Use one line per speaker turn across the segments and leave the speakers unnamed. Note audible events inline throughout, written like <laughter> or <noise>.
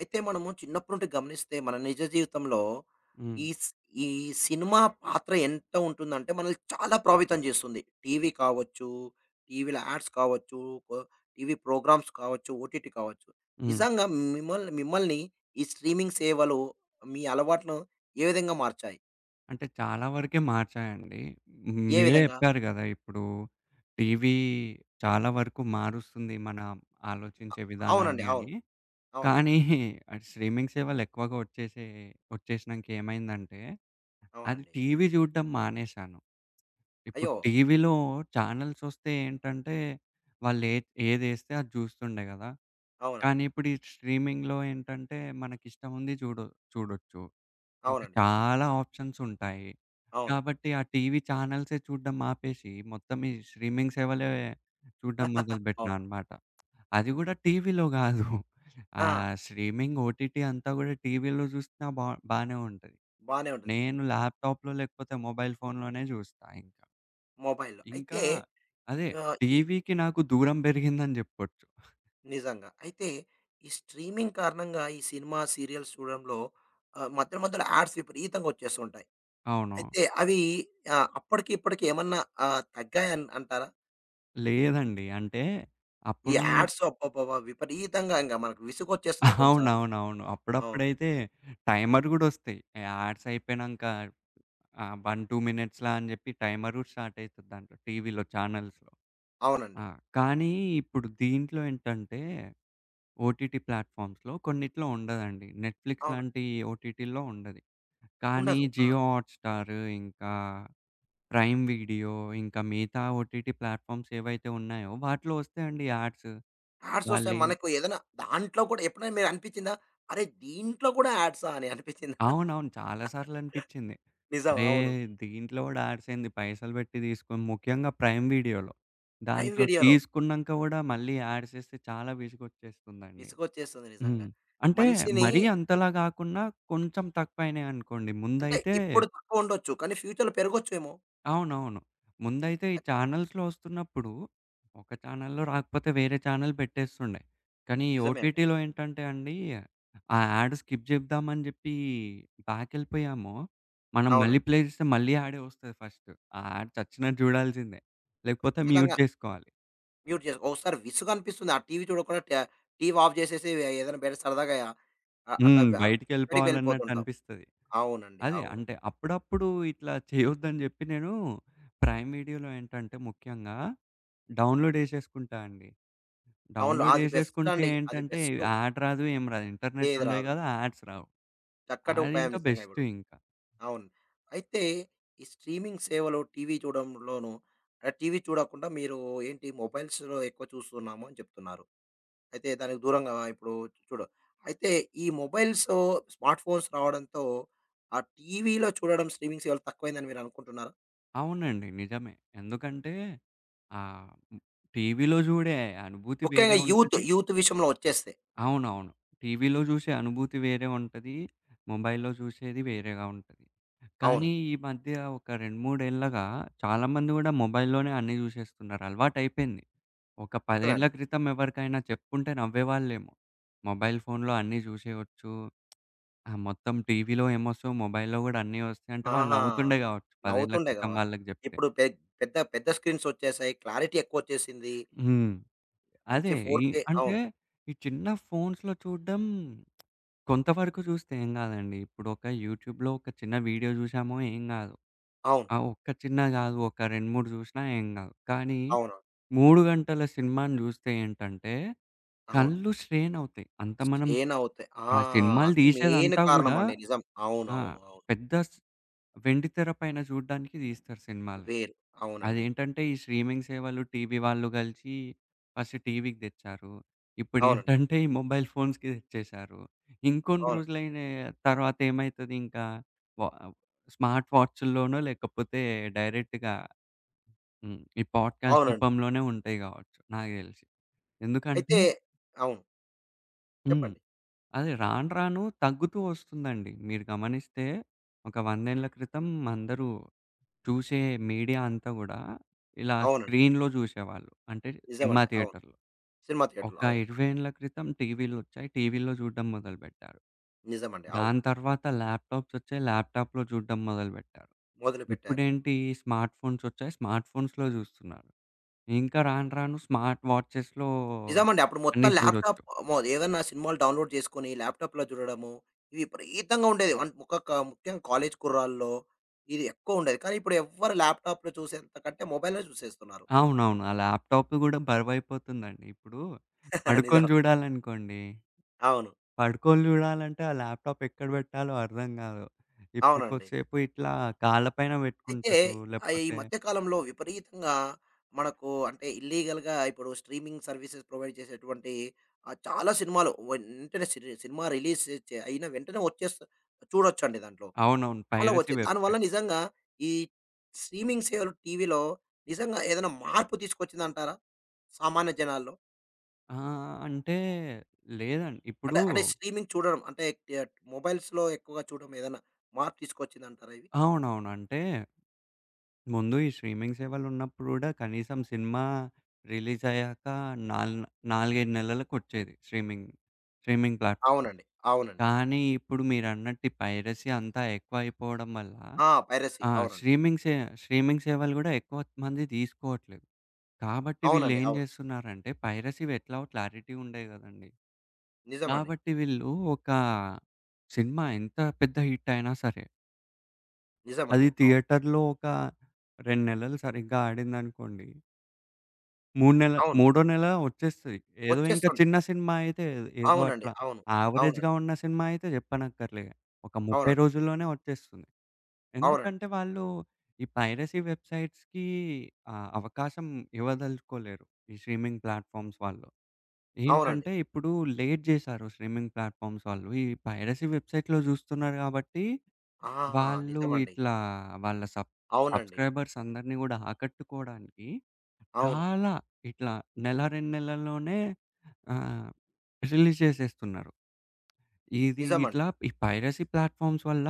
అయితే మనము చిన్నప్పటి నుండి గమనిస్తే మన నిజ జీవితంలో
హ్మ్.
ఈ స్ ఈ సినిమా పాత్ర ఎంత ఉంటుందంటే మనల్ని చాలా ప్రభావితం చేస్తుంది. టీవీ కావచ్చు, టీవీలో యాడ్స్ కావచ్చు, కొ టీవీ ప్రోగ్రామ్స్ కావచ్చు, ఓటీటీ కావచ్చు.
హ్మ్.
నిజంగా మిమ్మల్ని మిమ్మల్ని ఈ స్ట్రీమింగ్ సేవలు మీ అలవాట్లను ఏ విధంగా మార్చాయి?
అంటే చాలా వరకే మార్చాయండి.
ఏ
మీరే
విధంగా?
చెప్పారు గదా! ఇప్పుడు టీవీ చాలా వరకు మారుస్తుంది మన ఆలోచించే
అవునండి.
విధానాన్ని
అవును.
అని.
అవునండి.
కానీ అది స్ట్రీమింగ్ సేవలు ఎక్కువగా వచ్చేసినంక ఏమైందంటే, అది
అవునండి.
టీవీ చూడడం మానేశాను. ఇప్పుడు
అయ్యో!
టీవీలో ఛానెల్స్ వస్తే ఏంటంటే, వాళ్ళు ఏదేస్తే అది చూస్తుండే గదా!
అవునండి.
కానీ ఇప్పుడు ఈ స్ట్రీమింగ్‌లో ఏంటంటే, మనకిష్టముంది చూడొచ్చు. ఇంకా
అవునండి.
చాలా ఆప్షన్స్ ఉంటాయి.
అవును.
కాబట్టి ఆ టీవీ చానెల్సే చూడడం ఆపేసి, మొత్తం ఈ స్ట్రీమింగ్ సేవలే చూడడం
<laughs>
మొదలుపెట్టినా
అవును.
అన్నమాట. అది గూడా టీవీలో గాదు.
ఆ!
స్ట్రీమింగ్ ఓటీటీ అంతా గూడా టీవీలో చూసినా బానే ఉంటది.
బానే ఉంటది.
నేను ల్యాప్‌టాప్‌లో లేకపోతే మొబైల్ ఫోన్‌లోనే చూస్తా ఇంకా.
మొబైల్‌లో.
ఇంకా
అయితే
అదే
ఈ
టీవీకి నాకు దూరం పెరిగిందని జెప్పొచ్చు.
నిజంగా. అయితే ఈ స్ట్రీమింగ్ కారణంగా ఈ సినిమా, సీరియల్స్ చూడడంలో మధ్య మధ్యలో యాడ్స్ విపరీతంగా వచ్చేస్తుంటాయి.
అవును.
అయితే అవి అప్పటికి ఇప్పటికి ఏమన్నా తగ్గాయన్ అంటారా?
లేదండి. అంటే
ఈ
అప్పుడు.
యాడ్స్ అబ్బబ్బబ్బా! విపరీతంగా ఇంగ మనకు విసుగొచ్చేస్తుంది కొన్ని సార్లు.
అవునవునవును.
అవును.
అప్పుడప్పుడైతే టైమర్ గూడొస్తాయి. యాడ్స్ అయిపోయినంక 1, 2 మినిట్స్‌లా అని జెప్పి టైమర్ గూడా స్టార్ట్ అయితది దాంట్లో టీవీలో ఛానల్స్‌లో.
అవునండి.
ఆ! కానీ ఇప్పుడు దీంట్లో ఏంటంటే ఓటీటీ ప్లాట్‌ఫామ్స్‌లో కొన్నిట్లో ఉండదండి. నెట్‌ఫ్లిక్స్
అవును.
లాంటి ఓటీటీల్లో ఉండది. కానీ
ఉండదు. ఆ!
జియో హాట్‌స్టార్, ఇంకా ప్రైమ్ వీడియో, ఇంకా మిగతా ఓటీటీ ప్లాట్‌ఫామ్స్ ఏవైతే ఉన్నాయో వాటిలో వస్తాయండి యాడ్స్.
యాడ్సొస్తాయి
వాళ్ళేం
మనకు ఏదైనా దాంట్లో కూడా ఎప్పుడైనా మీరు అనిపించిందా? అరే! దీంట్లో కూడా యాడ్సా అని అనిపించిందా?
అవునవును. చాలా సార్లనిపిచ్చింది.
నిజం.
అరే!
అవును.
దీంట్లో గూడా యాడ్సేంది పైసలు బెట్టి తీసుకొని ముఖ్యంగా ప్రైమ్ వీడియోలో.
ప్రైమ్
దాంట్లో
వీడియోలో
తీసుకున్నంక గూడా మళ్ళీ యాడ్సేస్తే చాలా విసుగొచ్చేస్తుందండి.
విసుగొచ్చేస్తుంది నిజంగా.
హ్మ్. అంటే
మనిషిని
మరీ అంతలా గాకున్నా కొంచెం తక్కువయినాయనుకోండి.
అంటే ఇప్పుడు తక్కువుండొచ్చు. కానీ ఫ్యూచర్‌లో పెరగొచ్చేమో.
అవునవును. ముందైతే ఈ
ఖచ్
ఛానల్స్‌లో ఒస్తున్నప్పుడు, ఒక ఛానల్‌లో రాకపోతే వేరే ఛానల్ పెట్టేస్తుండే. కానీ ఈ
నిజమే అండి.
ఓటీటీలో ఏంటంటే అండి, ఆ యాడ్ స్కిప్ జేద్దామని జెప్పి బ్యాకెళ్ళిపోయాము. మనం మళ్ళీ
అవునండి.
ప్లే జేస్తే మళ్ళీ యాడే ఒస్తది ఫస్ట్. ఆ యాడ్ చచ్చినట్టు జూడాల్సిందే. లేకపోతే మ్యూట్
ఖచ్చితంగా
జేసుకోవాలి.
మ్యూట్ చేసి ఒకసారి విసుగనిపిస్తుంది. ఆ టీవీ చూడకుండా టీవీ ఆఫ్ చేసేసి ఏదైనా బయట సరదాగా అ అట్లా బ బయటికి
బయటికెళ్ళిపోవాలన్నట్టు
వెళ్ళిపోతుంటాం.
అనిపిస్తది.
అవునండి.
అదే.
అవును.
అంటే అప్పుడప్పుడు ఇట్లా చేయొద్దని జెప్పి నేను ప్రైమ్ వీడియోలో ఏంటంటే ముఖ్యంగా డౌన్‌లోడ్ జేసేసుకుంటా అండి.
అవును.
డౌన్‌లోడ్
అది బెస్ట్
జేసేసుకుంటే
అండి. అది
ఏంటంటే
బెస్టు.
యాడ్ రాదు, ఏం రాదు. ఇంటర్నెట్
ఏది
ఉండేది
రాదు.
గదా! యాడ్స్ రావు.
చక్కటి
అది
ఉపాయం
ఇంకా
నిజంగా
బెస్ట్
ఇప్పుడు.
ఇంకా.
అవును. అయితే ఈ స్ట్రీమింగ్ సేవలు టీవీ చూడడంలోను టీవీ చూడకుండా మీరు ఏంటి మొబైల్స్‌లో ఎక్కువ చూస్తున్నాము అని చెప్తున్నారు. అయితే దానికి దూరంగా ఇప్పుడు చూడు. అయితే ఈ మొబైల్స్, స్మార్ట్ ఫోన్స్ రావడంతో ఆ టీవీలో చూడడం స్ట్రీమింగ్ సేవలు తక్కువైందని మీరు అనుకుంటున్నారా?
అవునండి. నిజమే. ఎందుకంటే ఆహ్, టీవీలో జూడే అనుభూతి
ముఖ్యంగా
వేరే
యూత్,
ఉంటది.
యూత్ విషయంలో వచ్చేస్తే. హ్మ్.
అవునవును. టీవీలో జూసే అనుభూతి వేరే ఉంటది. మొబైల్‌లో జూసేది వేరేగా ఉంటది.
అవును.
కానీ ఈ మధ్య ఒక 2, 3 ఏళ్లగా చాలామంది గూడా మొబైల్‌లోనే అన్నీ జూసేస్తున్నారు. అలవాటైపోయింది. ఒక 10
నిజమే
ఏళ్ల
అండి.
క్రితం ఎవరికైనా చెప్పుంటే నవ్వేవాళ్ళేమో. మొబైల్ ఫోన్‌లో అన్నీ జూసేయొచ్చు. ఆ! మొత్తం టీవీలో ఏమొస్తాయో మొబైల్‌లో గూడా అన్నీ ఒస్తాయి అంటే వాళ్ళు
ఆహా!
నవ్వుతుండే గావచ్చు 10 ఏళ్ల
నవ్వుతుండే
క్రితం
కావచ్చు.
వాళ్ళకి జెప్తే.
ఇప్పుడు పెద్ద పెద్ద స్క్రీన్స్ వచ్చేసాయి. క్లారిటీ ఎక్కువొచ్చేసింది.
హ్మ్.
మంచి
అదే ఈ
4కే
అంటే
అవును.
ఈ చిన్న ఫోన్స్‌లో చూడడం కొంతవరకు చూస్తే ఏం గాదండి. ఇప్పుడొక యూట్యూబ్‌లో ఒక చిన్న వీడియో జూసామో ఏం గాదు.
అవును.
ఆ ఒక్క చిన్న గాదు ఒక 2, 3 జూసినా ఏం గాదు. కానీ
అవును.
3 గంటల సినిమాని జూస్తే ఏంటంటే
అవును.
కళ్ళు స్ట్రెయిన్ అవుతాయి. అంత మనం
స్ట్రెయిన్ అవుతాయి. ఆ!
ఆ సినిమాలు
అది మెయిన్
తీసేదంతా గూడా
కారణమండి. నిజం.
ఆ!
అవునవును. అవును.
పెద్ద వెండితెర పైన జూడ్డానికి తీస్తారు
అవును
సినిమాలు.
వేరు. అవునండి.
అదేంటంటే ఈ స్ట్రీమింగ్ సేవలు, టీవీ వాళ్ళు గలిసి ఫస్ట్ టీవీకి దెచ్చారు.
అవునండి.
ఇప్పుడేంటంటే ఈ మొబైల్ ఫోన్స్‌కి దెచ్చేశారు. ఇంకొన్ని
అవును.
రోజులైన తర్వాతేమైతది ఇంకా వ స్మార్ట్ వాచ్‌ల్లోనో లేకపోతే డైరెక్ట్‌గా ఈ పాడ్‌కాస్ట్
అవునండి.
రూపంలోనే ఉంటాయి గావచ్చు నాకు దెలిసి.
అయితే
ఎందుకంటే.
అవును.
హ్మ్.
చెప్పండి.
అదే రాను రాను తగ్గుతూ ఒస్తుందండి. మీరు గమనిస్తే ఒక 100 ఏళ్ల క్రితం అందరూ చూసే మీడియా అంతా గూడా ఇలా
అవునండి.
స్క్రీన్‌లో జూసేవాళ్ళు. అంటే సినిమా
నిజమండి. అవును.
థియేటర్‌లో.
సినిమా
ఒక
థియేటర్‌లో అవును.
20 ఏండ్ల క్రితం టీవీలొచ్చాయి. టీవీలో జూడ్డం మొదలుబెట్టారు.
నిజమండి. అవును.
దాని తర్వాత ల్యాప్‌టాప్సొచ్చాయి. ల్యాప్‌టాప్‌లో జూడ్డం మొదలుబెట్టారు.
మొదలుపెట్టారు.
ఇప్పుడేంటి స్మార్ట్ ఫోన్సొచ్చాయి. స్మార్ట్ ఫోన్స్‌లో జూస్తున్నారు. ఇంకా రాను రాను స్మార్ట్ వాచెస్‌లో
నిజమండి. అప్పుడు
అన్నీ
మొత్తం ల్యాప్‌టాప్
జూడొచ్చు.
మో ఏదన్నా సినిమాలు డౌన్‌లోడ్ చేసుకొని ల్యాప్‌టాప్‌లో చూడడము, ఇవి విపరీతంగా ఉండేది. వన్ ఒక క ముఖ్యంగా కాలేజ్ కుర్రాల్లో ఇది ఎక్కువుండేది. కానీ ఇప్పుడు ఎవ్వరు ల్యాప్‌టాప్‌లో చూసేంత కంటే మొబైల్‌లో చూసేస్తున్నారు.
అవునవును. ఆ ల్యాప్‌టాప్ గూడా బరువైపోతుందండి. ఇప్పుడు
<laughs>
పడుకొని
నిజం.
జూడాలనుకోండి
అవును.
పడుకొని జూడాలంటే ఆ ల్యాప్‌టాప్ ఎక్కడ బెట్టాలో అర్థం గాదు. ఇప్పుడు
అవునండి.
కొద్దిసేపు ఇట్లా కాళ్ళ పైన
అయితే
బెట్టుకుంటారు.
ఈ
లేకపోతే.
మధ్య కాలంలో విపరీతంగా మనకు అంటే ఇల్లీగల్‌గా ఇప్పుడు స్ట్రీమింగ్ సర్వీసెస్ ప్రొవైడ్ చేసేటువంటి చాలా సినిమాలు వెంటనే సినిమా రిలీజ్ అయిన వెంటనే చూడొచ్చండి దాంట్లో.
అవునవును.
చాలా
పైరసీ
వచ్చాయి. దానివల్ల
వెబ్‌సైట్.
నిజంగా ఈ స్ట్రీమింగ్ సేవలు టీవీలో నిజంగా ఏదైనా మార్పు తీసుకొచ్చిందంటారా? సామాన్య జనాల్లో.
ఆ! అంటే లేదండి.
అంటే
ఇప్పుడు.
అంటే స్ట్రీమింగ్ చూడడం అంటే ట మొబైల్స్‌లో ఎక్కువగా చూడడం ఏదైనా మార్పు తీసుకొచ్చిందంటారా ఇవి?
అవునవును. అంటే ముందు ఈ స్ట్రీమింగ్ సేవలున్నప్పుడు గూడా కనీసం సినిమా రిలీజయ్యాక నాల్ 4, 5 నెలలకొచ్చేది స్ట్రీమింగ్. స్ట్రీమింగ్ ప్లాట్
అవునండి. అవునండి.
కానీ ఇప్పుడు మీరన్నట్టు ఈ పైరసీ అంతా ఎక్కువయిపోవడం వల్ల
ఆ! పైరసీ.
ఆ!
అవునండి.
స్ట్రీమింగ్ సేవలు గూడా ఎక్కువ మంది తీసుకోవట్లేదు. కాబట్టి
అవునండి.
వీళ్ళేం
అవును.
జేస్తున్నారంటే పైరసీవి ఎట్లాగో క్లారిటీ ఉండేది గదండీ.
నిజమండి.
కాబట్టి వీళ్ళు ఒక సినిమా ఎంత పెద్ద హిట్ అయినా సరే, అది
నిజమండి. అవును.
థియేటర్‌లో ఒక 2 నెలలు సరిగ్గా ఆడిందనుకోండి. 3 నెల
అవును.
మూడో నెల వచ్చేస్తది. ఏదో ఇంకా
వచ్చేస్తుండే.
చిన్న సినిమా అయితే ఏదో
అవునండి.
అట్లా.
అవును. అవునండి.
యావరేజ్‌గా ఉన్న సినిమా అయితే జెప్పనక్కర్లే. ఒక 30
అవునండి.
రోజుల్లోనే వచ్చేస్తుంది.
అవునండి.
ఎందుకంటే వాళ్ళు ఈ పైరసీ వెబ్‌సైట్స్‌కి అవకాశం ఇవ్వదలుచుకోలేరు. ఈ స్ట్రీమింగ్ ప్లాట్‌ఫార్మ్స్ వాళ్ళు.
అవునండి.
ఏంటంటే, ఇప్పుడు లేట్ జేశారు స్ట్రీమింగ్ ప్లాట్‌ఫామ్స్ వాళ్ళు. ఈ పైరసీ వెబ్‌సైట్‌లో జూస్తున్నారు గాబట్టి,
ఆ!
వాళ్ళు
నిజమండి.
ఇట్లా వాళ్ళ
అవునండి.
సబ్‌స్క్రైబర్స్ అందరిని గూడా ఆకట్టుకోడానికి
అవును.
చాలా ఇట్లా నెల, 2 నెలల్లోనే ఆహ్, రిలీజ్ చేసేస్తున్నారు. ఇది
నిజమండి.
ఇట్లా ఈ పైరసీ ప్లాట్‌ఫామ్స్ వల్ల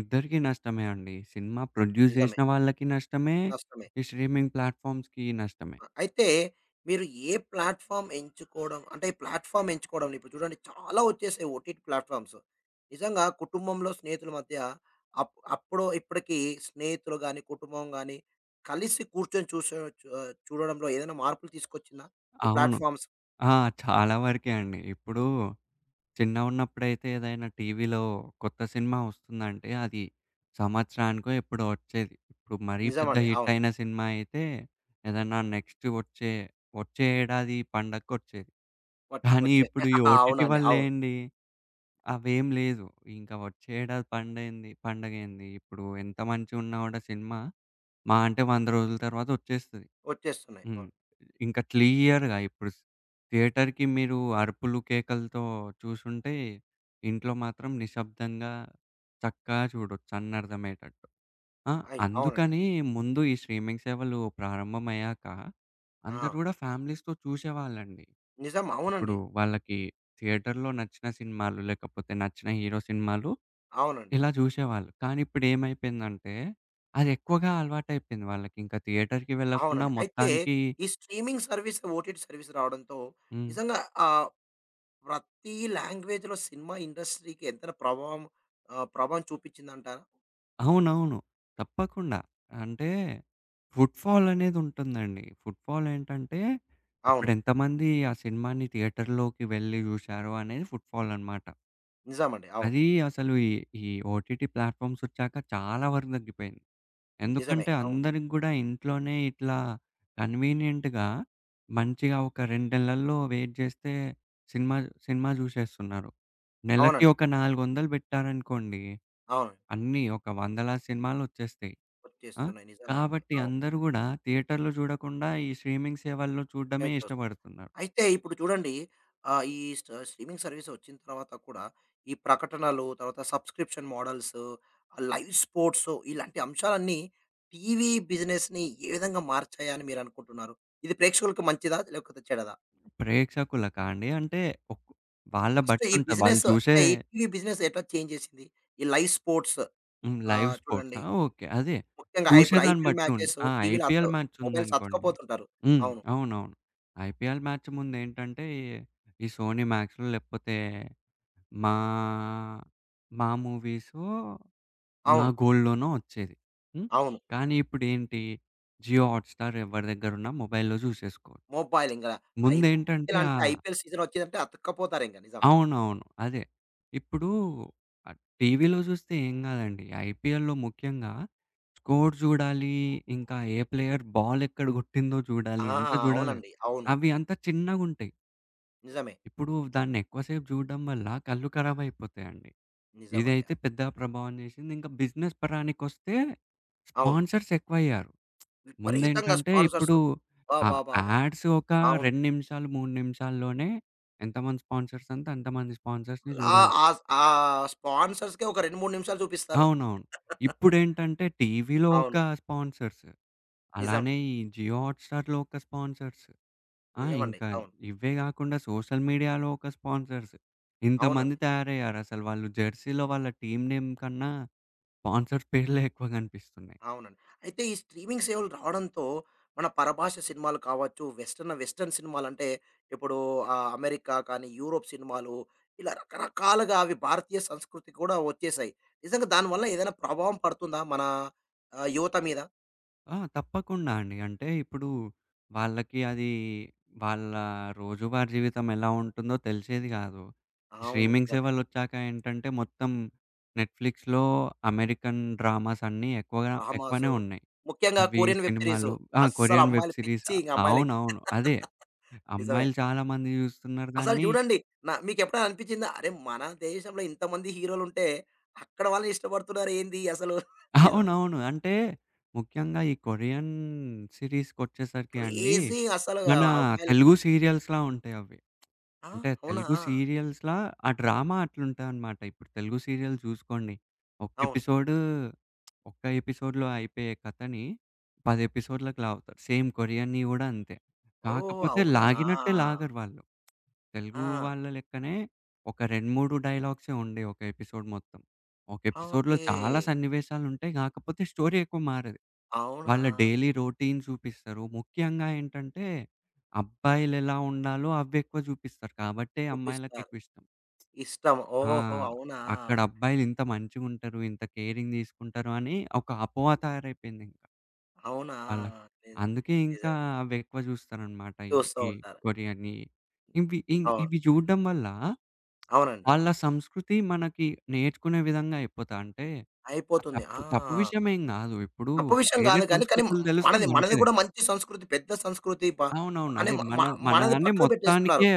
ఇద్దరికీ నష్టమే అండి. సినిమా ప్రొడ్యూస్
నిజమే.
జేసిన వాళ్ళకి నష్టమే,
నష్టమే.
ఈ స్ట్రీమింగ్ ప్లాట్‌ఫామ్స్‌కి నష్టమే.
అయితే మీరు ఏ ప్లాట్‌ఫార్మ్ ఎంచుకోవడం అంటే ప్లాట్‌ఫార్మ్ ఎంచుకోవడంలో ఇప్పుడు చూడండి చాలా వచ్చేసాయి ఓటీటీ ప్లాట్‌ఫార్మ్స్. నిజంగా కుటుంబంలో, స్నేహితుల మధ్య అప్పుడు ఇప్పటికి స్నేహితులు గాని, కుటుంబం గాని కలిసి కూర్చొని చూసే చు చూడడంలో ఏదైనా మార్పులు తీసుకొచ్చిందా? ఈ
అవును.
ప్లాట్‌ఫార్మ్స్?
ఆ! చాలా వరకే అండి. ఇప్పుడు చిన్నగున్నప్పుడైతే ఏదైనా టీవీలో కొత్త సినిమా వస్తుందంటే, అది సంవత్సరానికో ఎప్పుడో వచ్చేది. ఇప్పుడు మరీ పెద్ద
నిజమండి.
హిట్
అవును.
అయిన సినిమా అయితే, ఏదన్నా నెక్స్ట్ వచ్చే ఏడాది పండగకొచ్చేది. కానీ
వచ్చే
ఇప్పుడు ఈ
<laughs>
ఓటీటీ
అవునండి. అవును.
వల్లేండి, అవేం లేదు. ఇంకా వచ్చే ఏడాది పండగేంది, ఇప్పుడు ఎంత మంచిగున్నా గూడా సినిమా మహా అంటే 100 రోజుల తర్వాత వచ్చేస్తది.
వచ్చేస్తున్నాయి.
హ్మ్.
అవును.
ఇంకా క్లియర్‌గా ఇప్పుడు థియేటర్‌కి మీరు అరుపులు, కేకలతో చూసుంటే, ఇంట్లో మాత్రం నిశ్శబ్దంగా చక్కగా చూడొచ్చు అన్నర్థమయ్యేటట్టు. ఆ!
అవునండి.
అందుకని ముందు ఈ స్ట్రీమింగ్ సేవలు ప్రారంభమయ్యాక
ఆ!
అందరూ గూడా ఫ్యామిలీస్‌తో చూసేవాళ్ళండి.
నిజం.
ఇప్పుడు
అవునండి.
వాళ్ళకి థియేటర్‌లో నచ్చిన సినిమాలు, లేకపోతే నచ్చిన హీరో సినిమాలు
అవునండి.
ఇలా చూసేవాళ్ళు. కానీ ఇప్పుడేమైపోయిందంటే, అది ఎక్కువగా అలవాటైపోయింది వాళ్ళకి. ఇంకా థియేటర్‌కి వెళ్ళకుండా
అవునండి. అయితే
మొత్తానికి
ఈ స్ట్రీమింగ్ సర్వీస్, ఓటీటీ సర్వీస్ రావడంతో
హ్మ్.
నిజంగా ఆహ్, ప్రతి లాంగ్వేజ్‌లో సినిమా ఇండస్ట్రీకి ఎంతైనా ప్రభావం ప్రభావం చూపించిందంటారా?
అవునవును. తప్పకుండా. అంటే ఫుట్‌ఫాల్ అనేదుంటుందండి. ఫుట్‌ఫాల్ ఏంటంటే,
అవును.
ఇప్పుడెంతమంది ఆ సినిమాని థియేటర్‌లోకి వెళ్లి జూశారో అనేది ఫుట్‌ఫాల్ అనమాట.
నిజమండి. అవును.
అది అసలు ఈ ఈ ఓటీటీ ప్లాట్‌ఫార్మ్సొచ్చాక చాలా వరకు తగ్గిపోయింది.
నిజమే.
ఎందుకంటే,
అవును.
అందరికి గూడా ఇంట్లోనే ఇట్లా కన్వీనియంట్‌గా మంచిగా ఒక 2 నెలల్లో వెయిట్ జేస్తే సినిమా సినిమా జూసేస్తున్నారు. నెలకి
అవునండి.
ఒక 400 బెట్టారనుకోండి,
అవును.
అన్నీ ఒక వందలాది సినిమాలొచ్చేస్తాయి. ఆ!
వచ్చేస్తున్నాయి. నిజంగా అండి.
కాబట్టి
అవును.
అందరూ గూడా థియేటర్‌లో జూడకుండా ఈ స్ట్రీమింగ్ సేవల్లో చూడడమే
నేను చూస్
ఇష్టపడుతున్నారు.
అయితే ఇప్పుడు చూడండి ఈ స్ట్రీమింగ్ సర్వీస్ వచ్చిన తర్వాత కూడా ఈ ప్రకటనలు, తర్వాత సబ్స్క్రిప్షన్ మోడల్స్, లైవ్ స్పోర్ట్స్ ఇలాంటి అంశాలన్నీ టీవీ బిజినెస్‌ని ఏ విధంగా మార్చాయని మీరు అనుకుంటున్నారు? ఇది ప్రేక్షకులకు మంచిదా? లేకపోతే చెడదా?
ప్రేక్షకులకా అండి? అంటే ఒక్ వాళ్ళ
ఫస్ట్ ఈ
బట్టుంటది. వాళ్ళు
బిజినెస్
చూసే.
అంటే ఈ టీవీ బిజినెస్ ఎట్లా చేంజ్ చేసింది? ఈ లైవ్ స్పోర్ట్స్
హ్మ్. లైవ్
చూడండి
స్పోర్ట్సా? ఓకే. అదే.
ముఖ్యంగా ఇప్పుడు
చూసేదాన్ని
ఐపీఎల్
బట్టి ఉంది.
మ్యాచెస్
ఆ!
టీవీలో
ఐపీఎల్ మ్యాచ్
మొబైల్స్
ఉందనుకోండి.
అతకపోతుంటారు.
హ్మ్.
అవును.
అవునవును. ఐపీఎల్ మ్యాచ్ ముందేంటంటే ఈ ఈ సోనీ మాక్స్‌లో లేకపోతే మా మా మూవీసో నా
అవును.
గోల్డ్‌లోనో వచ్చేది. హ్మ్.
అవును.
కానీ ఇప్పుడేంటి జియో హాట్‌స్టార్ ఎవరి దగ్గరున్నా మొబైల్‌లో చూసేసుకోవచ్చు.
మొబైల్ ఇంగ
ముందేంటంటే
ఐపీఎల్ అంటే ఐపీఎల్ సీజన్ వచ్చిందంటే అతక్కపోతారింక నిజమే.
అవునవును. అదే. ఇప్పుడు టీవీలో చూస్తే ఏం కాదండి. ఐపీఎల్‌లో ముఖ్యంగా స్కోర్ చూడాలి. ఇంకా ఏ ప్లేయర్ బాల్ ఎక్కడ కొట్టిందో చూడాలి.
ఆ!
అంతా చూడాలి.
అవునండి. అవును.
అవి అంతా చిన్నగుంటాయి.
నిజమే.
ఇప్పుడు దాన్ని ఎక్కువసేపు చూడడం వల్ల కళ్ళు ఖరాబ్ అయిపోతాయండి.
నిజమండి
ఇదైతే
అది.
పెద్ద ప్రభావం చేసింది. ఇంకా బిజినెస్ పరానికొస్తే
అవును.
స్పాన్సర్స్ ఎక్కువయ్యారు.
విపరీతంగా
ముందేంటంటే
స్పాన్సర్స్.
ఇప్పుడు ఆ
అబాబాబా!
యాడ్స్ ఒక
అవును.
2 నిమిషాలు, 3 నిమిషాల్లోనే ఎంతమంది స్పాన్సర్స్ అంతే అంతమంది స్పాన్సర్స్‌ని
అలా
చూడాలి.
ఆస్ ఆ స్పాన్సర్స్‌కే ఒక 2, 3 నిమిషాలు చూపిస్తారు.
అవునవును. ఇప్పుడేంటంటే టీవీలో ఒక
అవును.
స్పాన్సర్స్.
నిజం.
అలానే ఈ జియో హాట్‌స్టార్‌లో ఒక స్పాన్సర్స్. ఆ!
నిజమండి.
ఇంకా
అవును.
ఇవే గాకుండా సోషల్ మీడియాలో ఒక స్పాన్సర్స్. ఇంతమంది
అవునండి.
తయారయ్యారసలు. వాళ్ళు జెర్సీలో వాళ్ళ టీమ్ నేమ్ కన్నా స్పాన్సర్స్ పేర్లే ఎక్కువ గనిపిస్తున్నాయి.
అవునండి. అయితే ఈ స్ట్రీమింగ్ సేవలు రావడంతో మన పరభాష సినిమాలు కావచ్చు, వెస్టర్న్ వెస్టర్న్ సినిమాలంటే ఇప్పుడు అమెరికా కానీ, యూరోప్ సినిమాలు ఇలా రకరకాలుగా అవి భారతీయ సంస్కృతి కూడా వచ్చేసాయి. నిజంగా దానివల్ల ఏదైనా ప్రభావం పడుతుందా మన యువత మీద?
ఆ! తప్పకుండా అండి. అంటే ఇప్పుడు వాళ్ళకి అది వాళ్ళ రోజువారీ జీవితం ఎలా ఉంటుందో తెలిసేది గాదు.
అవును.
స్ట్రీమింగ్
నిజమే.
సేవలొచ్చాక ఏంటంటే మొత్తం నెట్‌ఫ్లిక్స్‌లో అమెరికన్ డ్రామాస్ అన్నీ ఎక్కువగా
డ్రామాసు,
ఎక్కువనే ఉన్నాయి.
ముఖ్యంగా
అవి
కొరియన్ వెబ్ సీరీసు.
సినిమాలు. ఆ!
అస్సలు
కొరియన్ వెబ్
అమ్మాయిలు
సిరీస్.
పిచ్చి ఇంక అమ్మాయిలకి.
అవునవును. అదే.
నిజమే.
అమ్మాయిలు చాలా మంది జూస్తున్నారు
అసలు
దాన్ని.
చూడండి. మీకెప్పుడైనా అనిపించిందా? అరే! మన దేశంలో ఇంతమంది హీరోలుంటే, అక్కడ వాళ్ళని ఇష్టపడుతున్నారేంది అసలు? నిజమే.
అవునవును. అంటే ముఖ్యంగా ఈ కొరియన్ సిరీస్‌కొచ్చేసరికి అండి,
క్రేజీ అసలు ఆ
మన
అమ్మాయిలకి.
తెలుగు సీరియల్స్‌లా ఉంటాయవి.
ఆ!
అంటే
అవునా?
తెలుగు సీరియల్స్‌లా ఆ డ్రామా అట్లుంటదనమాట. ఇప్పుడు తెలుగు సీరియల్ చూసుకోండి. ఒక
అవును.
ఎపిసోడు ఒక్క ఎపిసోడ్‌లో అయిపోయే కథని 10 ఎపిసోడ్‌లకి లాగుతారు. సేమ్ కొరియన్‌యి గూడా అంతే.
ఓహ్!
కాకపోతే
అవునా? ఆ!
లాగినట్టే లాగరు వాళ్ళు. తెలుగు వాళ్ళ లెక్కనే ఒక 2, 3 డైలాగ్సే ఉండేవి ఒక ఎపిసోడ్ మొత్తం. ఒక
ఆ,
ఎపిసోడ్‌లో
ఓకే.
చాలా సన్నివేశాలుంటాయి. కాకపోతే స్టోరీ ఎక్కువ మారదు.
అవునా?
వాళ్ళ డైలీ రొటీన్ చూపిస్తారు. ముఖ్యంగా ఏంటంటే, అబ్బాయిలెలా ఉండాలో అవెక్కువ చూపిస్తారు. కాబట్టే
చూపిస్తారు.
అమ్మాయిలకెక్కువ ఇష్టం.
ఇష్టం.
ఆ!
ఓహో! అవునా?
అక్కడ అబ్బాయిలు ఇంత మంచిగుంటరు, ఇంత కేరింగ్ తీసుకుంటారు అని ఒక అపోహ తయారైపోయిందింకా
అవునా?
వాళ్ళకి.
ని
అందుకే ఇంకా
నిజమే.
అవెక్కువ చూస్తారనమాట. ఈ
చూస్తూ
ఈ
ఉంటారు.
కొరియన్‌యి. ఇవి ఇ
అవును.
ఇవి చూడడం వల్ల
అవునండి.
వాళ్ళ సంస్కృతి మనకి నేర్చుకునే విధంగా అయిపోతా అంటే, ఆ
అయిపోతుంది.
తప్పు
ఆ!
తప్పు విషయమేం గాదు. ఇప్పుడు
తప్పు విషయం
వేరే
గాదు గానీ, కానీ మ
సంస్కృతులు
మ
తెలిస్తే
మనది మనది
మంచిదే.
గూడా మంచి సంస్కృతి, పెద్ద సంస్కృతి బ
అవునవును.
అని
అదే
మ మ
మన
మనది
మనదాన్ని
పక్కకు పెట్టేస్తున్నారు.
మొత్తానికే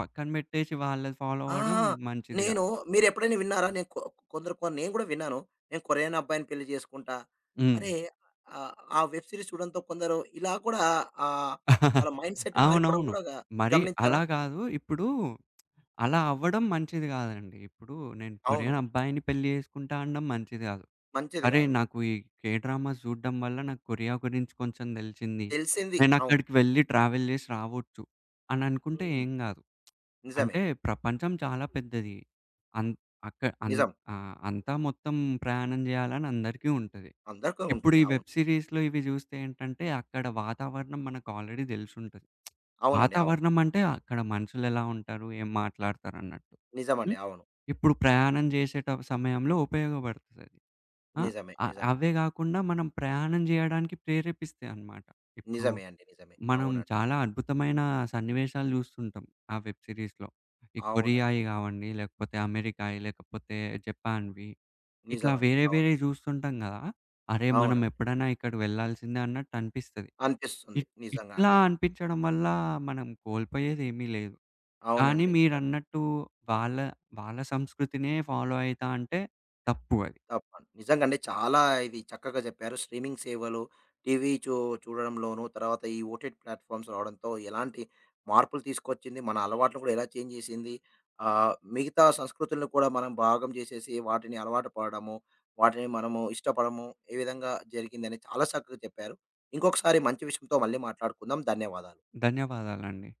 పక్కన పెట్టేసి వాళ్ళది ఫాలో
ఆ!
అవ్వడం మంచిది
నేను
కాదు.
మీరెప్పుడైనా విన్నారా? నేను కొ కొందరు కొ నేను గూడా విన్నాను. నేను కొరియన్ అబ్బాయిని పెళ్లి చేసుకుంటా.
హ్మ్.
అరే! ఆహ్, ఆ వెబ్ సిరీస్ చూడడంతో కొందరు ఇలా కూడా ఆహ్, వాళ్ళ మైండ్ సెట్ మారిపోవడం
అవునవును.
గూడా
మరి
గమనించారా?
అలా కాదు. ఇప్పుడు అలా అవ్వడం మంచిది కాదండి. ఇప్పుడు నేను
అవును.
కొరియన్ అబ్బాయిని పెళ్లి చేసుకుంటా అనడం మంచిది కాదు.
మంచిది
అరే!
గాదు.
నాకు ఈ కే డ్రామాస్ చూడడం వల్ల నాకు కొరియా గురించి కొంచెం తెలిసింది.
తెలిసింది. అవును.
నేనక్కడికి వెళ్లి ట్రావెల్ చేసి రావచ్చు అని అనుకుంటే
హ్మ్.
ఏం కాదు.
నిజమే.
అంటే ప్రపంచం చాలా పెద్దది. అన్ అక్క అన్
నిజం.
అంతా మొత్తం ప్రయాణం జేయాలని అందరికీ ఉంటది.
అందరికీ
ఇప్పుడు
ఉంటుంది.
ఈ
అవును.
వెబ్ సీరీస్‌లో ఇవి జూస్తే ఏంటంటే, అక్కడ వాతావరణం మనకు ఆల్రెడీ దెలిసుంటది.
అవునండి. అవును.
వాతావరణం అంటే అక్కడ మనుషులెలా ఉంటారు, ఏం మాట్లాడతారన్నట్టు.
నిజమండి.
హ్మ్.
అవును.
ఇప్పుడు ప్రయాణం జేసేట సమయంలో ఉపయోగపడతదది. ఆ!
నిజమే. నిజమే.
అవే గాకుండా మనం ప్రయాణం జేయడానికి ప్రేరేపిస్తాయన్నమాట. ఇప్పుడు
నిజమే అండి. నిజమే.
మనం
అవునండి.
చాలా అద్భుతమైన సన్నివేశాలు జూస్తుంటాం ఆ వెబ్ సీరీస్‌లో. ఈ
అవునండి.
కొరియాయి గావండి, లేకపోతే అమెరికాయి, లేకపోతే జపాన్‌వి. ఇట్లా
నిజమండి.
వేరే
అవును.
వేరేయి జూస్తుంటాం గదా! అరే! మనం
అవునండి.
ఎప్పుడైనా ఇక్కడికి వెళ్ళాల్సిందే అన్నట్టు అనిపిస్తది.
అనిపిస్తుంది.
ఇట్
నిజంగా
ఇట్లా
అండి.
అనిపించడం వల్ల మనం కోల్పోయేదేమీ లేదు. కానీ
అవునండి.
మీరన్నట్టు వాళ్ళ వాళ్ళ సంస్కృతినే ఫాలో అయితా అంటే తప్పు అది.
తప్పండి. నిజంగండి చాలా ఇది చక్కగా చెప్పారు. స్ట్రీమింగ్ సేవలు, టీవీ చూ చూడడంలోనూ, తర్వాత ఈ ఓటీటీ ప్లాట్‌ఫార్మ్స్ రావడంతో ఎలాంటి మార్పులు తీసుకొచ్చింది, మన అలవాట్లు కూడా ఎలా చేంజ్ చేసింది, మిగతా సంస్కృతులను కూడా మనం భాగం చేసేసి వాటిని అలవాటు పడడము, వాటిని మనము ఇష్టపడము, ఏ విధంగా జరిగిందని చాలా చక్కగా చెప్పారు. ఇంకొకసారి మంచి విషయంతో మళ్ళీ మాట్లాడుకుందాం. ధన్యవాదాలు.
ధన్యవాదాలండి.